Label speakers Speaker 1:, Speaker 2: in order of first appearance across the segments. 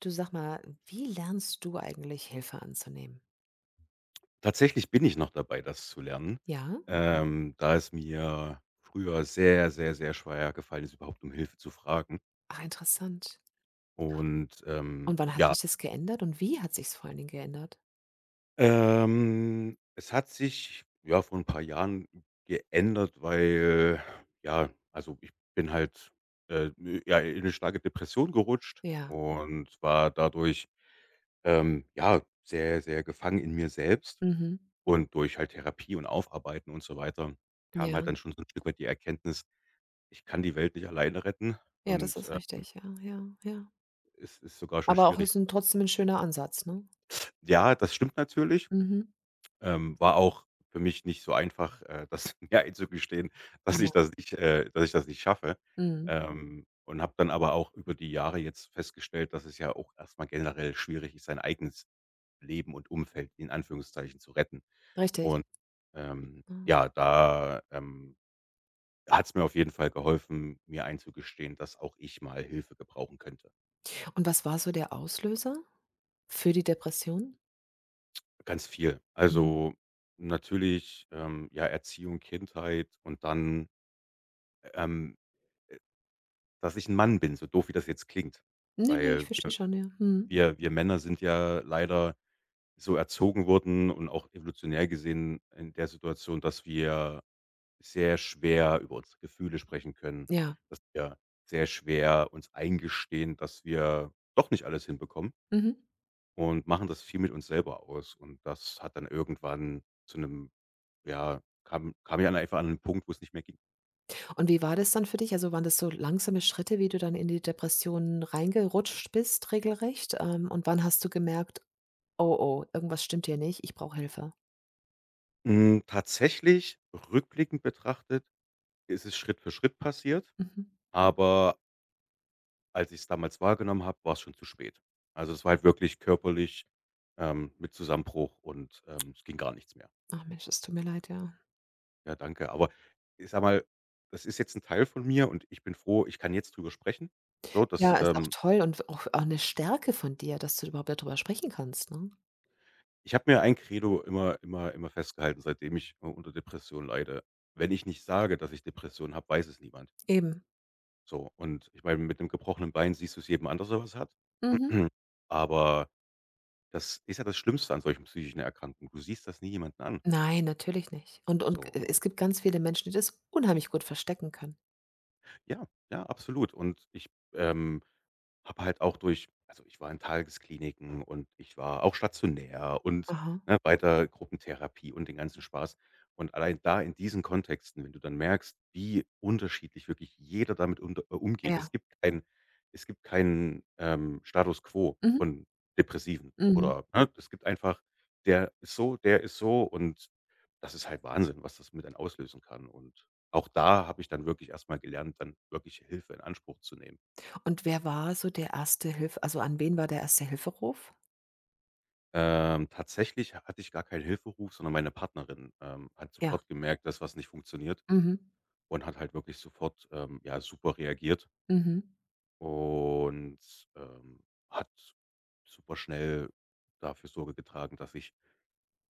Speaker 1: Du, sag mal, wie lernst du eigentlich Hilfe anzunehmen?
Speaker 2: Tatsächlich bin ich noch dabei, das zu lernen,
Speaker 1: Ja?
Speaker 2: da es mir früher sehr, sehr, sehr schwer gefallen ist, überhaupt um Hilfe zu fragen.
Speaker 1: Ach, interessant.
Speaker 2: Und, ähm,
Speaker 1: Und wann hat
Speaker 2: ja,
Speaker 1: sich das geändert und wie hat sich's vor allen Dingen geändert?
Speaker 2: Es hat sich, ja, vor ein paar Jahren geändert, weil, ja also, ich bin halt, äh, ja, in eine starke Depression gerutscht
Speaker 1: Ja.
Speaker 2: und war dadurch, ja, sehr, sehr gefangen in mir selbst.
Speaker 1: Mhm.
Speaker 2: Und durch halt Therapie und Aufarbeiten und so weiter kam halt
Speaker 1: Ja.
Speaker 2: dann schon so ein Stück weit die Erkenntnis: „Ich kann die Welt nicht alleine retten
Speaker 1: Ja, das
Speaker 2: und,
Speaker 1: ist richtig. Ja, ja, ja.
Speaker 2: es ist sogar schon
Speaker 1: Aber auch
Speaker 2: schwierig.”
Speaker 1: ist 'n trotzdem 'n schöner Ansatz, ne?
Speaker 2: Ja, das stimmt natürlich.
Speaker 1: Mhm.
Speaker 2: War auch für mich nicht so einfach, das mir einzugestehen, dass ich
Speaker 1: Ja.
Speaker 2: das nicht dass ich das nicht schaffe.
Speaker 1: Mhm.
Speaker 2: Und habe dann aber auch über die Jahre jetzt festgestellt, dass es ja auch erstmal generell schwierig ist, sein eigenes Leben und Umfeld in Anführungszeichen zu retten.
Speaker 1: Richtig.
Speaker 2: Und,
Speaker 1: Ja.
Speaker 2: ja, da, hat's mir auf jeden Fall geholfen, mir einzugestehen, dass auch ich mal Hilfe gebrauchen könnte.
Speaker 1: Und was war so der Auslöser für die Depression?
Speaker 2: Ganz viel.
Speaker 1: Mhm.
Speaker 2: Also, natürlich, ja, Erziehung, Kindheit und dann, ähm, dass ich ein Mann bin, so doof wie das jetzt klingt.
Speaker 1: Ne, ne, ich
Speaker 2: Weil
Speaker 1: verstehe
Speaker 2: wir
Speaker 1: schon, ja. Mhm.
Speaker 2: wir wir Männer sind ja leider so erzogen worden und auch evolutionär gesehen in der Situation, dass wir sehr schwer über unsere Gefühle sprechen können,
Speaker 1: Ja.
Speaker 2: dass wir sehr schwer uns eingestehen, dass wir doch nicht alles hinbekommen.
Speaker 1: Mhm.
Speaker 2: Und machen das viel mit uns selber aus. Und das hat dann irgendwann zu einem ja, kam ja einfach an einen Punkt, wo es nicht mehr ging.
Speaker 1: Und wie war das dann für dich? Also, waren das so langsame Schritte, wie du dann in die Depression reingerutscht bist regelrecht? Und wann hast du gemerkt: „Oh, oh, irgendwas stimmt hier nicht, ich brauche Hilfe?“
Speaker 2: Hm, tatsächlich, rückblickend betrachtet, ist es Schritt für Schritt passiert,
Speaker 1: Mhm.
Speaker 2: aber als ich es damals wahrgenommen habe, war es schon zu spät. Also, es war halt wirklich körperlich, mit Zusammenbruch und, es ging gar nichts mehr.
Speaker 1: Ach Mensch, es tut mir leid, ja.
Speaker 2: Ja, danke. Aber ich sage mal, das ist jetzt ein Teil von mir und ich bin froh, ich kann jetzt drüber sprechen. So, das,
Speaker 1: Ja, ist auch toll und auch 'ne Stärke von dir, dass du überhaupt darüber sprechen kannst, ne?
Speaker 2: ich habe mir ein Credo immer festgehalten, seitdem ich, unter Depression leide. Wenn ich nicht sage, dass ich Depression habe, weiß es niemand.
Speaker 1: Eben.
Speaker 2: So, und ich meine, mit 'nem gebrochenen Bein siehst du es jedem an, dass was hat.
Speaker 1: Mhm.
Speaker 2: Aber das ist ja das Schlimmste an solchen psychischen Erkrankungen. Du siehst das nie jemanden an.
Speaker 1: Nein, natürlich nicht. Und
Speaker 2: So
Speaker 1: e
Speaker 2: und
Speaker 1: es gibt ganz viele Menschen, die das unheimlich gut verstecken können.
Speaker 2: ja, ja, absolut. Und ich, ähm, habe halt auch durch also, ich war in Tageskliniken und ich war auch stationär und,
Speaker 1: Aha,
Speaker 2: ne, weiter Gruppentherapie und den ganzen Spaß. Und allein da in diesen Kontexten, wenn du dann merkst, wie unterschiedlich wirklich jeder damit unter umgeht. Es
Speaker 1: ja.
Speaker 2: gibt kein es gibt keinen, Status quo
Speaker 1: Mhm,
Speaker 2: von Depressiven
Speaker 1: mhm.
Speaker 2: oder, ne, es gibt einfach: „Der ist so, der ist so“ und das ist halt Wahnsinn, was das mit einem auslösen kann. Und auch da habe ich dann wirklich erst mal gelernt, dann wirklich Hilfe in Anspruch zu nehmen.
Speaker 1: Und wer war so der erste Hilfe? Also, an wen war der erste Hilferuf?
Speaker 2: Tatsächlich hatte ich gar keinen Hilferuf, sondern meine Partnerin, hat
Speaker 1: Ja.
Speaker 2: sofort gemerkt, dass was nicht funktioniert
Speaker 1: Mhm.
Speaker 2: und hat halt wirklich sofort, ja, super reagiert
Speaker 1: Mhm.
Speaker 2: und, ähm, hat super schnell dafür Sorge getragen, dass ich,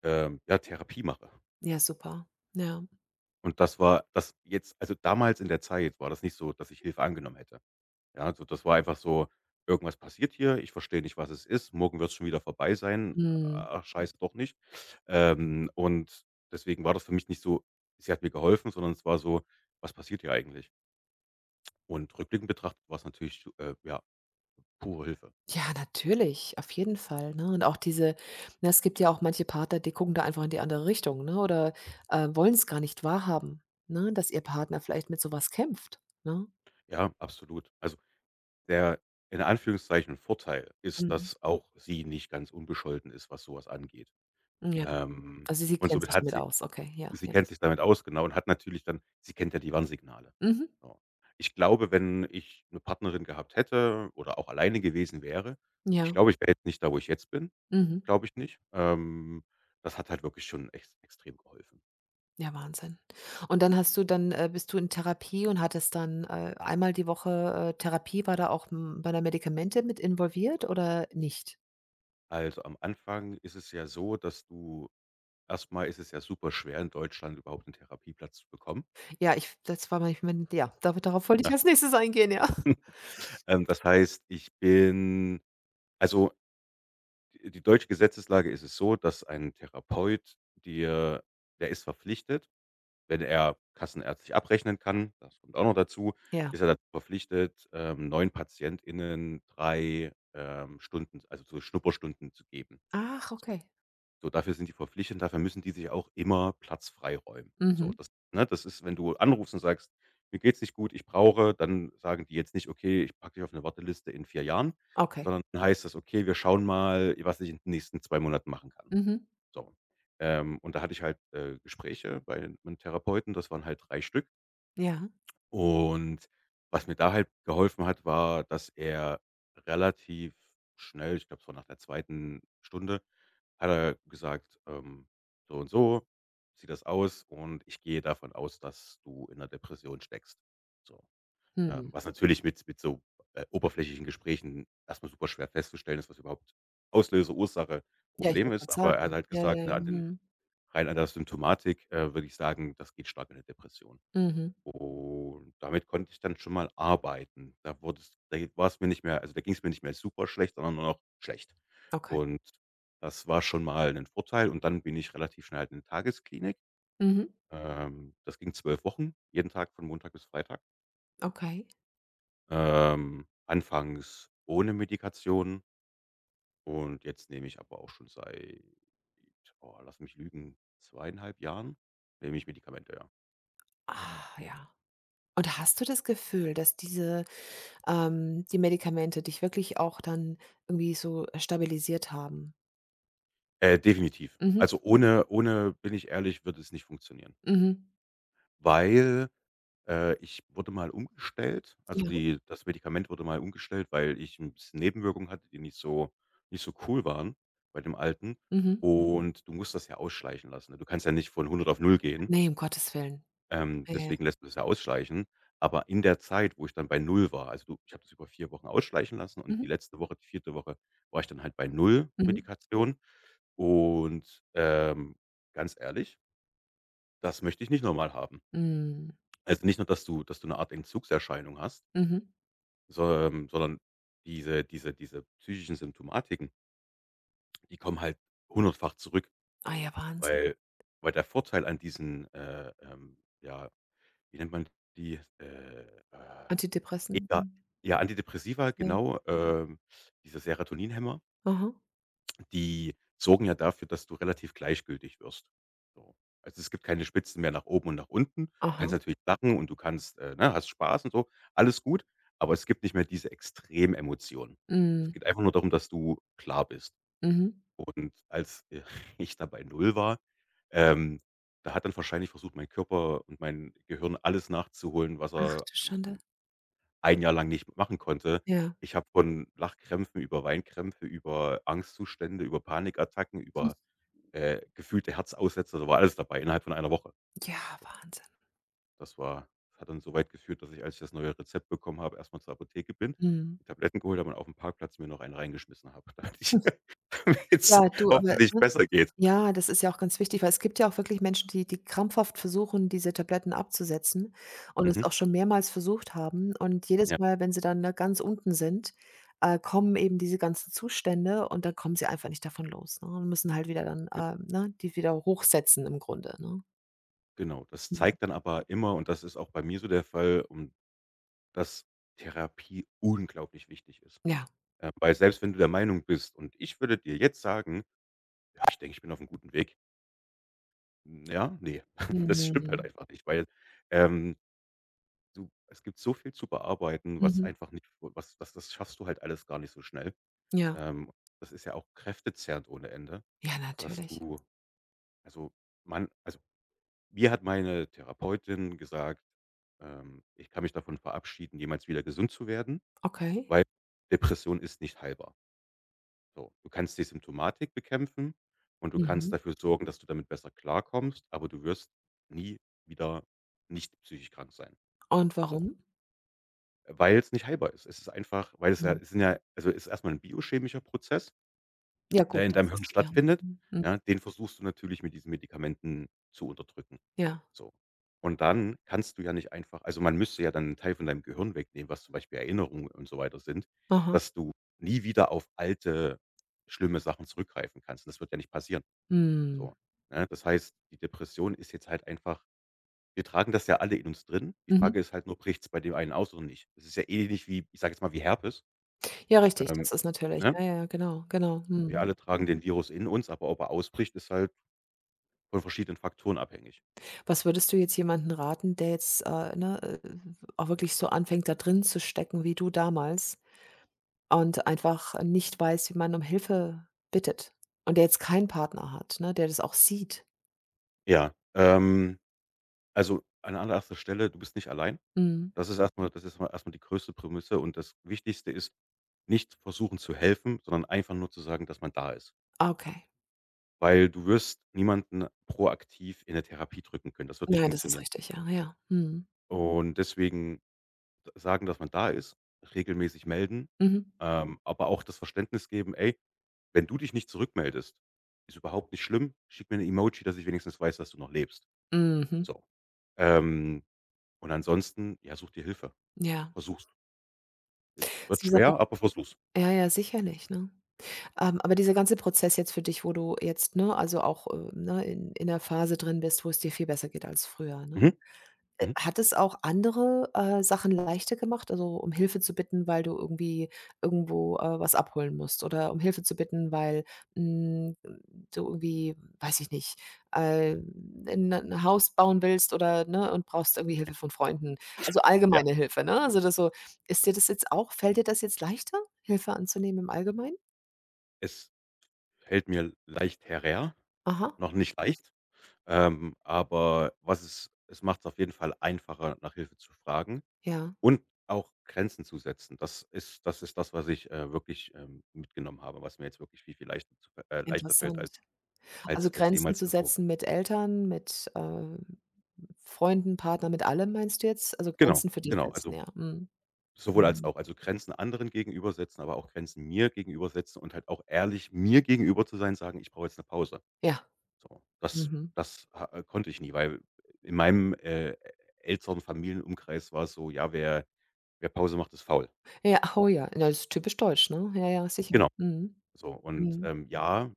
Speaker 2: ja, Therapie mache.
Speaker 1: Ja, super. Ja.
Speaker 2: Und das war das jetzt also, damals in der Zeit war das nicht so, dass ich Hilfe angenommen hätte. Ja, also das war einfach so: „Irgendwas passiert hier, ich verstehe nicht, was es ist. Morgen wird es schon wieder vorbei sein.
Speaker 1: Mhm.
Speaker 2: Ach, scheiße, doch nicht.“ Und deswegen war das für mich nicht so, sie hat mir geholfen, sondern es war so: „Was passiert hier eigentlich?“ Und rückblickend betrachtet war es natürlich, ja, pure Hilfe.
Speaker 1: Ja, natürlich, auf jeden Fall, ne? Und auch diese, ne, es gibt ja auch manche Partner, die gucken da einfach in die andere Richtung, ne, oder, wollen es gar nicht wahrhaben, ne, dass ihr Partner vielleicht mit sowas kämpft, ne?
Speaker 2: Ja, absolut. Also, der in Anführungszeichen Vorteil ist,
Speaker 1: Mhm.
Speaker 2: dass auch sie nicht ganz unbescholten ist, was sowas angeht.
Speaker 1: Ja,
Speaker 2: Ähm,
Speaker 1: also sie
Speaker 2: und
Speaker 1: kennt
Speaker 2: somit
Speaker 1: sich
Speaker 2: hat
Speaker 1: damit
Speaker 2: sie
Speaker 1: aus. Okay, ja,
Speaker 2: sie
Speaker 1: ja.
Speaker 2: kennt sich damit aus, genau, und hat natürlich dann sie kennt ja die Warnsignale.
Speaker 1: Mhm.
Speaker 2: So. Ich glaube, wenn ich 'ne Partnerin gehabt hätte oder auch alleine gewesen wäre ich
Speaker 1: Ja.
Speaker 2: glaube, ich wäre jetzt nicht da, wo ich jetzt bin,
Speaker 1: Mhm.
Speaker 2: glaube ich nicht. Das hat halt wirklich schon ex extrem geholfen.
Speaker 1: Ja, Wahnsinn. Und dann hast du dann, bist du in Therapie und hattest dann, einmal die Woche, Therapie. War da auch, waren da Medikamente mit involviert oder nicht?
Speaker 2: Also, am Anfang ist es ja so, dass du erst mal ist es ja super schwer, in Deutschland überhaupt 'n Therapieplatz zu bekommen.
Speaker 1: Ja, ich das war mein ja, da darauf wollte ich als Nächstes eingehen, ja.
Speaker 2: Das heißt, ich bin also, die deutsche Gesetzeslage ist es so, dass ein Therapeut dir der ist verpflichtet wenn er kassenärztlich abrechnen kann, das kommt auch noch dazu,
Speaker 1: Ja.
Speaker 2: ist er dazu verpflichtet, 9 PatientInnen 3 Stunden, also so Schnupperstunden zu geben.
Speaker 1: Ach,
Speaker 2: So,
Speaker 1: okay.
Speaker 2: so dafür sind die verpflichtet dafür müssen die sich auch immer Platz freiräumen. So,
Speaker 1: Mhm.
Speaker 2: das ne, das ist, wenn du anrufst und sagst: „Mir geht's nicht gut, ich brauche“ dann sagen die jetzt nicht: „Okay, ich packe dich auf eine Warteliste in 4 Jahren“,
Speaker 1: Okay.
Speaker 2: sondern dann heißt das: „Okay, wir schauen mal, was ich in den nächsten 2 Monaten machen kann.“
Speaker 1: Mhm.
Speaker 2: So. Und da hatte ich halt, Gespräche bei meinem Therapeuten, das waren halt 3 Stück.
Speaker 1: Ja.
Speaker 2: Und was mir da halt geholfen hat, war, dass er relativ schnell, ich glaube, es war nach der zweiten Stunde, hat er gesagt, „So und so sieht das aus und ich gehe davon aus, dass du in 'ner Depression steckst.“ So,
Speaker 1: Mhm.
Speaker 2: was natürlich mit mit oberflächlichen Gesprächen erstmal super schwer festzustellen ist, was überhaupt Auslöser, Ursache,
Speaker 1: Ja, ich
Speaker 2: Problem
Speaker 1: wollte
Speaker 2: ist.
Speaker 1: grad
Speaker 2: Aber er hat
Speaker 1: sagen.
Speaker 2: halt
Speaker 1: Ja,
Speaker 2: gesagt,
Speaker 1: ja,
Speaker 2: ne,
Speaker 1: ja.
Speaker 2: an den
Speaker 1: Mhm.
Speaker 2: rein an der Symptomatik, würde ich sagen, das geht stark in eine Depression.
Speaker 1: Mhm.
Speaker 2: Und damit konnte ich dann schon mal arbeiten. Da wurde es da war es mir nicht mehr also, da ging es mir nicht mehr super schlecht, sondern nur noch schlecht.
Speaker 1: Okay.
Speaker 2: Und das war schon mal 'nen Vorteil und dann bin ich relativ schnell halt in eine Tagesklinik.
Speaker 1: Mhm.
Speaker 2: Das ging 12 Wochen, jeden Tag von Montag bis Freitag.
Speaker 1: Okay.
Speaker 2: Anfangs ohne Medikation und jetzt nehme ich aber auch schon seit, oh, lass mich lügen, zweieinhalb Jahren nehme ich Medikamente, ja.
Speaker 1: Ah, ja. Und hast du das Gefühl, dass die Medikamente dich wirklich auch dann irgendwie so stabilisiert haben?
Speaker 2: Definitiv.
Speaker 1: Mhm.
Speaker 2: Also, ohne bin ich ehrlich, würde es nicht funktionieren,
Speaker 1: Mhm.
Speaker 2: weil, ich wurde mal umgestellt. Also,
Speaker 1: Ja.
Speaker 2: die das Medikament wurde mal umgestellt, weil ich 'n bisschen Nebenwirkungen hatte, die nicht so nicht so cool waren bei dem alten.
Speaker 1: Mhm.
Speaker 2: Und du musst das ja ausschleichen lassen, ne? Du kannst ja nicht von 100 auf null gehen.
Speaker 1: Ne, um Gottes Willen. Ja, ja.
Speaker 2: Deswegen lässt du das ja ausschleichen. Aber in der Zeit, wo ich dann bei Null war also, du ich habe das über 4 Wochen ausschleichen lassen und die
Speaker 1: Mhm.
Speaker 2: letzte Woche, die vierte Woche, war ich dann halt bei Null
Speaker 1: Mhm.
Speaker 2: Medikation. Und, ganz ehrlich, das möchte ich nicht noch haben.
Speaker 1: Hm.
Speaker 2: Also, nicht nur, dass du eine Art Entzugserscheinung hast,
Speaker 1: Mhm.
Speaker 2: so sondern diese psychischen Symptomatiken, die kommen halt hundertfach zurück,
Speaker 1: Ah ja, Wahnsinn.
Speaker 2: weil weil der Vorteil an diesen, ja wie nennt man die?
Speaker 1: Antidepressen.
Speaker 2: Ja, ja, Antidepressiva,
Speaker 1: Ja.
Speaker 2: genau, Mhm. Diese Serotoninhemmer,
Speaker 1: Aha,
Speaker 2: die sorgen ja dafür, dass du relativ gleichgültig wirst. So. Also, es gibt keine Spitzen mehr nach oben und nach unten. Du kannst
Speaker 1: aha.
Speaker 2: natürlich lachen und du kannst, ne, hast Spaß und so, alles gut, aber es gibt nicht mehr diese Extrememotionen. Es
Speaker 1: Mhm,
Speaker 2: geht einfach nur darum, dass du klar bist.
Speaker 1: mhm.
Speaker 2: Und als, ich da bei 0 war, ähm, da hat dann wahrscheinlich versucht, mein Körper und mein Gehirn alles nachzuholen, was
Speaker 1: Ach
Speaker 2: er
Speaker 1: du Schande.
Speaker 2: ein Jahr lang nicht machen konnte.
Speaker 1: Ja.
Speaker 2: Ich habe von Lachkrämpfen über Weinkrämpfe, über Angstzustände, über Panikattacken, über, gefühlte Herzaussetzer, da war alles dabei innerhalb von einer Woche.
Speaker 1: Ja,
Speaker 2: So,
Speaker 1: Wahnsinn.
Speaker 2: das war das hat dann so weit geführt, dass ich, als ich das neue Rezept bekommen habe, erstmal zur Apotheke bin,
Speaker 1: Mhm.
Speaker 2: die Tabletten geholt habe und auf dem Parkplatz mir noch einen reingeschmissen habe, damit ich jetzt
Speaker 1: Ja, du, aber
Speaker 2: hoffentlich
Speaker 1: ne?
Speaker 2: besser geht.
Speaker 1: Ja, das ist ja auch ganz wichtig, weil es gibt ja auch wirklich Menschen, die krampfhaft versuchen, diese Tabletten abzusetzen und es
Speaker 2: Mhm,
Speaker 1: auch schon mehrmals versucht haben. Und jedes
Speaker 2: ja,
Speaker 1: Mal, wenn sie dann da ganz unten sind, kommen eben diese ganzen Zustände und dann kommen sie einfach nicht davon los, ne, und müssen halt wieder dann,
Speaker 2: genau.
Speaker 1: ne, die wieder hochsetzen im Grunde, ne?
Speaker 2: Genau, das
Speaker 1: Mhm.
Speaker 2: zeigt dann aber immer und das ist auch bei mir so der Fall, um dass Therapie unglaublich wichtig ist.
Speaker 1: Ja.
Speaker 2: Weil selbst wenn du der Meinung bist und ich würde dir jetzt sagen: „Ja, ich denke, ich bin auf einem guten Weg.“ hm, ja, nee, das stimmt halt
Speaker 1: Mhm.
Speaker 2: einfach nicht, weil, ähm, du es gibt so viel zu bearbeiten, was
Speaker 1: Mhm.
Speaker 2: einfach nicht was was das schaffst du halt alles gar nicht so schnell.
Speaker 1: Ja.
Speaker 2: Ähm, Das ist ja auch kräftezehrend ohne Ende,
Speaker 1: Ja,
Speaker 2: dass
Speaker 1: natürlich.
Speaker 2: du also, man also mir hat meine Therapeutin gesagt, ich kann mich davon verabschieden, jemals wieder gesund zu werden,
Speaker 1: Okay.
Speaker 2: weil Depression ist nicht heilbar. So, du kannst die Symptomatik bekämpfen und du kannst
Speaker 1: Mhm.
Speaker 2: dafür sorgen, dass du damit besser klarkommst, aber du wirst nie wieder nicht psychisch krank sein.
Speaker 1: Und
Speaker 2: So,
Speaker 1: warum?
Speaker 2: weil es nicht heilbar ist. Es ist einfach, weil es ja,
Speaker 1: Mhm.
Speaker 2: es sind ja, also es ist erstmal ein biochemischer Prozess
Speaker 1: Ja
Speaker 2: der
Speaker 1: gut,
Speaker 2: in deinem
Speaker 1: das
Speaker 2: Hirn
Speaker 1: ist ja.
Speaker 2: stattfindet,
Speaker 1: Mhm, mhm.
Speaker 2: ja, den versuchst du natürlich mit diesen Medikamenten zu unterdrücken.
Speaker 1: Ja.
Speaker 2: So. Und dann kannst du ja nicht einfach also, man müsste ja dann einen Teil von deinem Gehirn wegnehmen, was zum Beispiel Erinnerungen und so weiter sind,
Speaker 1: Aha.
Speaker 2: dass du nie wieder auf alte, schlimme Sachen zurückgreifen kannst. Und das wird ja nicht passieren,
Speaker 1: Mhm.
Speaker 2: so, ne? Das heißt, die Depression ist jetzt halt einfach, wir tragen das ja alle in uns drin. Die
Speaker 1: Mhm.
Speaker 2: Frage ist halt nur, bricht es bei dem einen aus oder nicht? Das ist ja ähnlich wie, ich sage jetzt mal, wie Herpes,
Speaker 1: Ja, richtig,
Speaker 2: ähm,
Speaker 1: das ist natürlich
Speaker 2: ne?
Speaker 1: ja, ja, ja, genau, genau.
Speaker 2: Wir
Speaker 1: Mhm.
Speaker 2: alle tragen den Virus in uns, aber ob er ausbricht, ist halt von verschiedenen Faktoren abhängig.
Speaker 1: Was würdest du jetzt jemanden raten, der jetzt, auch wirklich so anfängt, da drin zu stecken wie du damals und einfach nicht weiß, wie man um Hilfe bittet und der jetzt keinen Partner hat, ne, der das auch sieht?
Speaker 2: Ja, also an allererster Stelle, du bist nicht allein.
Speaker 1: Mhm.
Speaker 2: Das ist erstmal, das ist mal erst die größte Prämisse, und das Wichtigste ist, nicht versuchen zu helfen, sondern einfach nur zu sagen, dass man da ist.
Speaker 1: Ah, okay.
Speaker 2: Weil du wirst niemanden proaktiv in der Therapie drücken können. Das wird nicht
Speaker 1: Nein, das ist
Speaker 2: funktionieren.
Speaker 1: richtig, ja, ja. Mhm.
Speaker 2: Und deswegen sagen, dass man da ist, regelmäßig melden,
Speaker 1: Mhm.
Speaker 2: aber auch das Verständnis geben: „Ey, wenn du dich nicht zurückmeldest, ist überhaupt nicht schlimm. Schick mir eine Emoji, dass ich wenigstens weiß, dass du noch lebst.“
Speaker 1: Mhm.
Speaker 2: So, ähm und ansonsten, ja, such dir Hilfe.
Speaker 1: Ja.
Speaker 2: Versuch's. Wird
Speaker 1: Sie sagen
Speaker 2: schwer, aber versuch's.
Speaker 1: ja, ja, sicherlich, ne? Aber dieser ganze Prozess jetzt für dich, wo du jetzt, ne, also auch, ne, in der Phase drin bist, wo es dir viel besser geht als früher, ne?
Speaker 2: Mhm, mhm.
Speaker 1: Hat es auch andere, Sachen leichter gemacht? Also, um Hilfe zu bitten, weil du irgendwie irgendwo, was abholen musst oder um Hilfe zu bitten, weil, hm, du irgendwie, weiß ich nicht, äh, 'n Haus bauen willst oder ne, und brauchst irgendwie Hilfe von Freunden. Also,
Speaker 2: Ja,
Speaker 1: allgemeine Hilfe, ne? Also, das so, ist dir das jetzt auch, fällt dir das jetzt leichter, Hilfe anzunehmen im Allgemeinen?
Speaker 2: es fällt mir leicht herer,
Speaker 1: Aha,
Speaker 2: noch nicht leicht, aber was es macht es auf jeden Fall einfacher, nach Hilfe zu fragen
Speaker 1: ja.
Speaker 2: und auch Grenzen zu setzen. Das ist das, was ich, wirklich, mitgenommen habe, was mir jetzt wirklich viel, viel leichter zu leichter fällt
Speaker 1: Interessant.
Speaker 2: als
Speaker 1: Also,
Speaker 2: als
Speaker 1: Grenzen
Speaker 2: jemals
Speaker 1: zu
Speaker 2: zuvor.
Speaker 1: setzen mit Eltern, mit, Freunden, Partner, mit allem meinst du jetzt? Also,
Speaker 2: Genau,
Speaker 1: Grenzen für dich
Speaker 2: genau.
Speaker 1: setzen,
Speaker 2: Also
Speaker 1: ja. Mhm.
Speaker 2: sowohl als
Speaker 1: Mhm.
Speaker 2: auch. Also, Grenzen anderen gegenüber setzen, aber auch Grenzen mir gegenüber setzen und halt auch ehrlich mir gegenüber zu sein, sagen: „Ich brauche jetzt eine Pause.“
Speaker 1: Ja.
Speaker 2: So, das
Speaker 1: Mhm.
Speaker 2: das ha konnte ich nie, weil in meinem, älteren Familienumkreis war es so: „Ja, wer Pause macht, ist faul.“
Speaker 1: Ja, oh
Speaker 2: So,
Speaker 1: ja. Ja, das ist typisch deutsch, ne? Ja, ja, sicher.
Speaker 2: genau,
Speaker 1: Mhm.
Speaker 2: so und,
Speaker 1: Mhm.
Speaker 2: ja,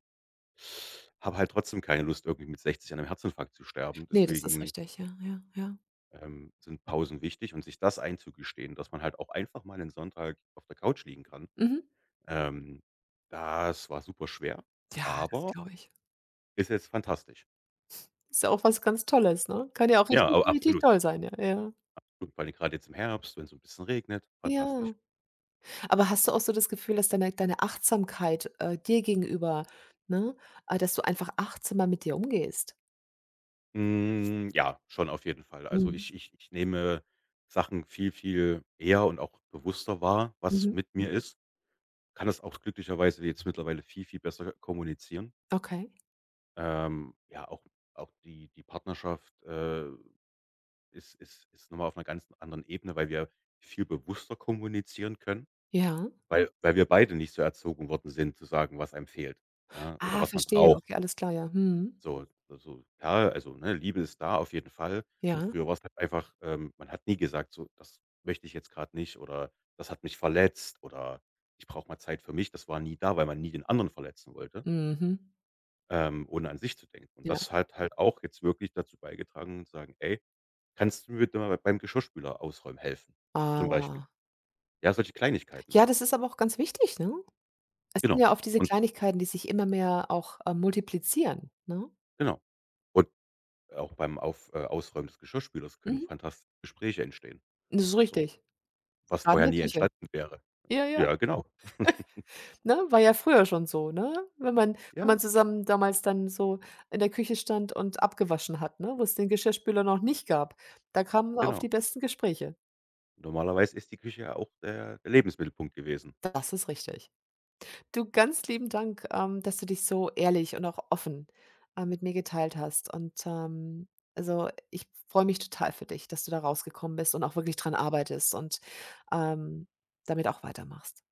Speaker 2: habe halt trotzdem keine Lust, irgendwie mit 60 an einem Herzinfarkt zu sterben.
Speaker 1: Ne, das ist
Speaker 2: Deswegen,
Speaker 1: richtig. Ja, ja, ja.
Speaker 2: sind Pausen wichtig und sich das einzugestehen, dass man halt auch einfach mal einen Sonntag auf der Couch liegen kann.
Speaker 1: Mhm.
Speaker 2: Ähm, das war super schwer,
Speaker 1: Ja, das
Speaker 2: aber
Speaker 1: glaube ich.
Speaker 2: ist jetzt fantastisch.
Speaker 1: Ist ja auch was ganz Tolles, ne? Kann ja auch
Speaker 2: Ja,
Speaker 1: richtig,
Speaker 2: aber
Speaker 1: richtig
Speaker 2: absolut.
Speaker 1: toll sein, ja, ja.
Speaker 2: Und vor allem grade jetzt im Herbst, wenn's so ein bisschen regnet, fantastisch.
Speaker 1: Ja. Aber hast du auch so das Gefühl, dass deine Achtsamkeit, dir gegenüber, ne, dass du einfach achtsamer mit dir umgehst?
Speaker 2: Hm, ja, schon auf jeden Fall. Also,
Speaker 1: Mhm.
Speaker 2: ich nehme Sachen viel, viel eher und auch bewusster wahr, was
Speaker 1: Mhm.
Speaker 2: mit mir ist. Kann das auch glücklicherweise jetzt mittlerweile viel, viel besser kommunizieren.
Speaker 1: Okay,
Speaker 2: Ja, auch die die Partnerschaft, ist nochmal auf einer ganz anderen Ebene, weil wir viel bewusster kommunizieren können.
Speaker 1: ja.
Speaker 2: Weil wir beide nicht so erzogen worden sind, zu sagen, was einem fehlt, ja, oder
Speaker 1: Ah,
Speaker 2: was man
Speaker 1: verstehe.
Speaker 2: braucht.
Speaker 1: Okay, alles klar, ja. Mhm.
Speaker 2: So so ja, also, ne, Liebe ist da auf jeden Fall. Und
Speaker 1: Ja.
Speaker 2: früher war's halt einfach, man hat nie gesagt so: „Das möchte ich jetzt grad nicht“ oder „Das hat mich verletzt“ oder „Ich brauche mal Zeit für mich.“ Das war nie da, weil man nie den anderen verletzen wollte,
Speaker 1: Mhm.
Speaker 2: ohne an sich zu denken. Und
Speaker 1: Ja.
Speaker 2: das hat halt auch jetzt wirklich dazu beigetragen zu sagen: „Ey, kannst du mir bitte mal beim Geschirrspüler ausräumen helfen?“ Zum Beispiel.
Speaker 1: Ah.
Speaker 2: Ja, solche Kleinigkeiten.
Speaker 1: Ja, das ist aber auch ganz wichtig, ne? Es sind
Speaker 2: Genau.
Speaker 1: ja oft diese
Speaker 2: Und
Speaker 1: Kleinigkeiten, die sich immer mehr auch, multiplizieren, ne?
Speaker 2: genau. Und auch beim auf Ausräumen des Geschirrspülers können
Speaker 1: Mhm.
Speaker 2: fantastische Gespräche entstehen,
Speaker 1: Das ist
Speaker 2: so,
Speaker 1: richtig.
Speaker 2: was
Speaker 1: Grad in
Speaker 2: vorher
Speaker 1: der
Speaker 2: nie
Speaker 1: Küche.
Speaker 2: entstanden wäre.
Speaker 1: Ja, ja.
Speaker 2: Ja, genau.
Speaker 1: Ne? War ja früher schon so, ne? Wenn man, wenn
Speaker 2: Ja,
Speaker 1: man zusammen damals dann so in der Küche stand und abgewaschen hat, ne, wo es den Geschirrspüler noch nicht gab. Da kamen wir auf
Speaker 2: genau.
Speaker 1: die besten Gespräche.
Speaker 2: Normalerweise ist die Küche ja auch der Lebensmittelpunkt gewesen.
Speaker 1: Das ist richtig. Du, ganz lieben Dank, dass du dich so ehrlich und auch offen, mit mir geteilt hast. Und, also, ich freue mich total für dich, dass du da rausgekommen bist und auch wirklich dran arbeitest und, ähm, damit auch weitermachst.